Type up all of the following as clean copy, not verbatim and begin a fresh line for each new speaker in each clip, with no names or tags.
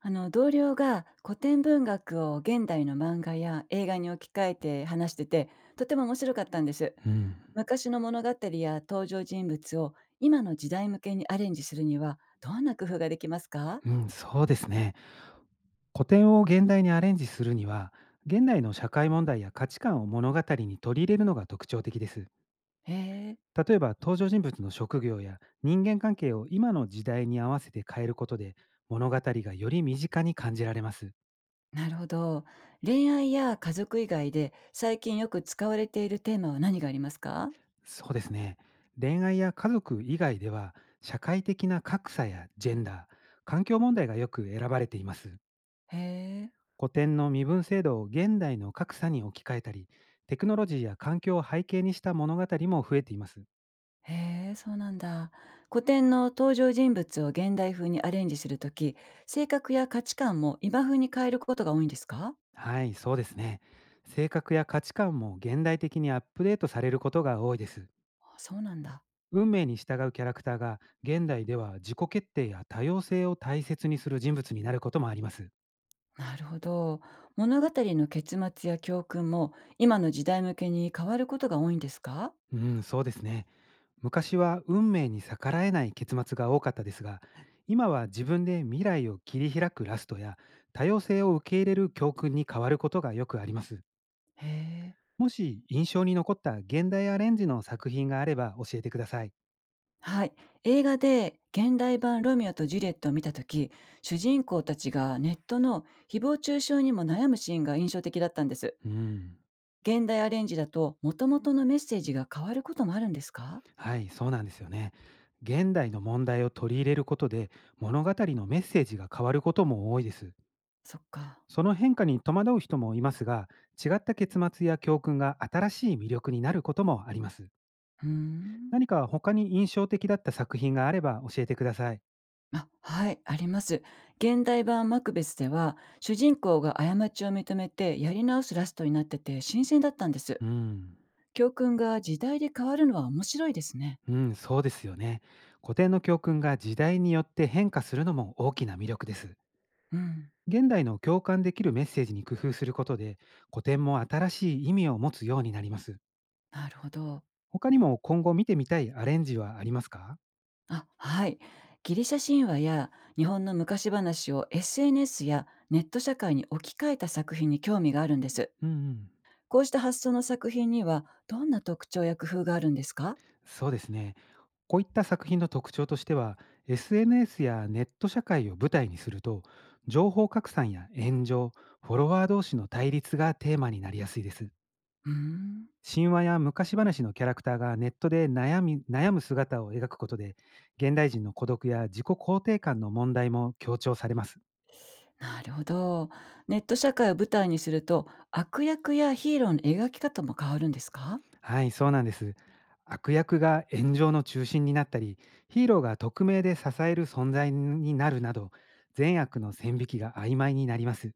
同僚が古典文学を現代の漫画や映画に置き換えて話してて、とても面白かったんです。
うん、
昔の物語や登場人物を今の時代向けにアレンジするには、どんな工夫ができますか？
うん、そうですね。古典を現代にアレンジするには、現代の社会問題や価値観を物語に取り入れるのが特徴的です。
へえ。
例えば、登場人物の職業や人間関係を今の時代に合わせて変えることで、物語がより身近に感じられます。
なるほど。恋愛や家族以外で最近よく使われているテーマは何がありますか？
そうですね。恋愛や家族以外では、社会的な格差やジェンダー、環境問題がよく選ばれています。
へえ。
古典の身分制度を現代の格差に置き換えたり、テクノロジーや環境を背景にした物語も増えています。
へえ、そうなんだ。古典の登場人物を現代風にアレンジするとき、性格や価値観も今風に変えることが多いんですか？
はい、そうですね。性格や価値観も現代的にアップデートされることが多いです。
あ、そうなんだ。
運命に従うキャラクターが現代では自己決定や多様性を大切にする人物になることもあります。
なるほど。物語の結末や教訓も今の時代向けに変わることが多いんですか？
うん、そうですね。昔は運命に逆らえない結末が多かったですが、今は自分で未来を切り開くラストや多様性を受け入れる教訓に変わることがよくあります。
へえ。
もし印象に残った現代アレンジの作品があれば教えてください。
はい。映画で現代版ロミオとジュリエットを見たとき、主人公たちがネットの誹謗中傷にも悩むシーンが印象的だったんです。
うん。
現代アレンジだと元々のメッセージが変わることもあるんですか？
はい、そうなんですよね。現代の問題を取り入れることで物語のメッセージが変わることも多いです。
そっか。
その変化に戸惑う人もいますが、違った結末や教訓が新しい魅力になることもあります。
うーん。
何か他に印象的だった作品があれば教えてください。
あ、はい、あります。現代版マクベスでは、主人公が過ちを認めてやり直すラストになってて新鮮だったんです。
うん、
教訓が時代で変わるのは面白いですね。
うん、そうですよね。古典の教訓が時代によって変化するのも大きな魅力です。
うん、
現代の共感できるメッセージに工夫することで、古典も新しい意味を持つようになります。
なるほど。
他にも今後見てみたいアレンジはありますか？
あ、はい。ギリシャ神話や日本の昔話を SNS やネット社会に置き換えた作品に興味があるんです。
うん、うん。
こうした発想の作品にはどんな特徴や工夫があるんですか？
そうですね。こういった作品の特徴としては、SNS やネット社会を舞台にすると、情報拡散や炎上、フォロワー同士の対立がテーマになりやすいです。
うーん。
神話や昔話のキャラクターがネットで悩み悩む姿を描くことで、現代人の孤独や自己肯定感の問題も強調されます。
なるほど。ネット社会を舞台にすると、悪役やヒーローの描き方も変わるんですか？
はい、そうなんです。悪役が炎上の中心になったり、ヒーローが匿名で支える存在になるなど、善悪の線引きが曖昧になります。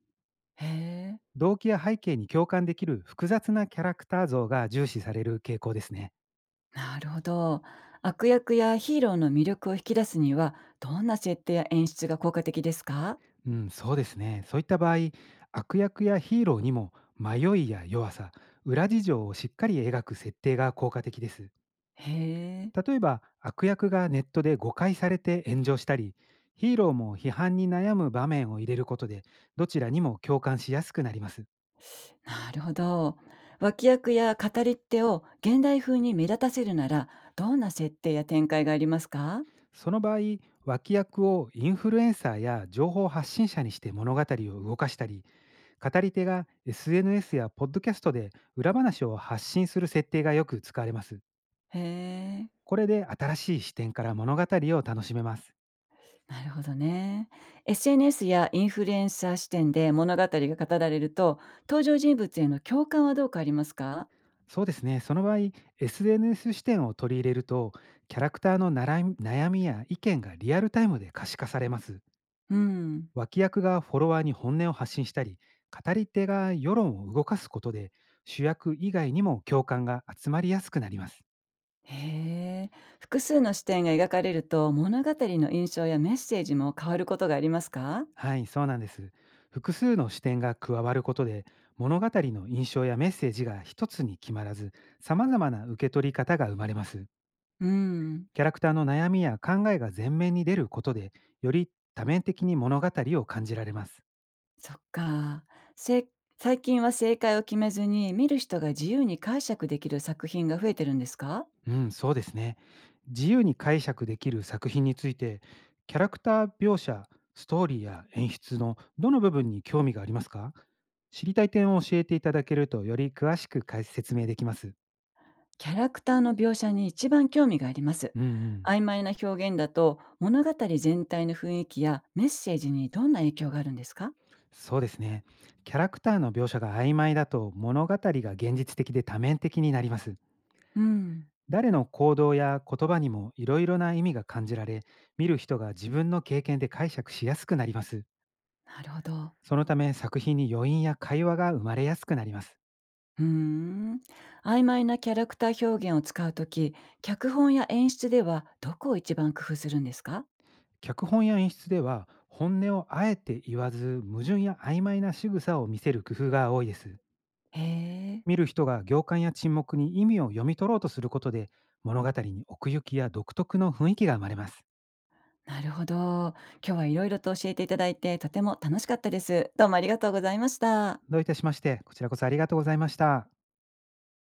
へえ。
動機や背景に共感できる複雑なキャラクター像が重視される傾向ですね。
なるほど。悪役やヒーローの魅力を引き出すには、どんな設定や演出が効果的ですか？
うん、そうですね。そういった場合、悪役やヒーローにも迷いや弱さ、裏事情をしっかり描く設定が効果的です。
へえ。
例えば、悪役がネットで誤解されて炎上したり、ヒーローも批判に悩む場面を入れることで、どちらにも共感しやすくなります。
なるほど。脇役や語り手を現代風に目立たせるなら、どんな設定や展開がありますか？
その場合、脇役をインフルエンサーや情報発信者にして物語を動かしたり、語り手が SNS やポッドキャストで裏話を発信する設定がよく使われます。
へえ。
これで新しい視点から物語を楽しめます。
なるほどね。SNS やインフルエンサー視点で物語が語られると、登場人物への共感はどうかありますか？
そうですね。その場合、SNS 視点を取り入れると、キャラクターのなら悩みや意見がリアルタイムで可視化されます。
うん。
脇役がフォロワーに本音を発信したり、語り手が世論を動かすことで、主役以外にも共感が集まりやすくなります。
へえ。複数の視点が描かれると、物語の印象やメッセージも変わることがありますか？
はい、そうなんです。複数の視点が加わることで、物語の印象やメッセージが一つに決まらず、様々な受け取り方が生まれます。
うん。
キャラクターの悩みや考えが前面に出ることで、より多面的に物語を感じられます。
そっか。せ最近は正解を決めずに、見る人が自由に解釈できる作品が増えてるんですか？
うん、そうですね。自由に解釈できる作品について、キャラクター描写、ストーリーや演出のどの部分に興味がありますか？知りたい点を教えていただけると、より詳しく解説明できます。
キャラクターの描写に一番興味があります。
うんうん。
曖昧な表現だと物語全体の雰囲気やメッセージにどんな影響があるんですか？
そうですね。キャラクターの描写が曖昧だと物語が現実的で多面的になります。
うん、
誰の行動や言葉にもいろいろな意味が感じられ、見る人が自分の経験で解釈しやすくなります。
なるほど。
そのため作品に余韻や会話が生まれやすくなります。
うーん。曖昧なキャラクター表現を使うとき、脚本や演出ではどこを一番工夫するんですか？
脚本や演出では本音をあえて言わず矛盾や曖昧な仕草を見せる工夫が多いです。
へえ、
見る人が行間や沈黙に意味を読み取ろうとすることで物語に奥行きや独特の雰囲気が生まれます。
なるほど。今日はいろいろと教えていただいて、とても楽しかったです。どうもありがとうございました。
どういたしまして、こちらこそありがとうございました。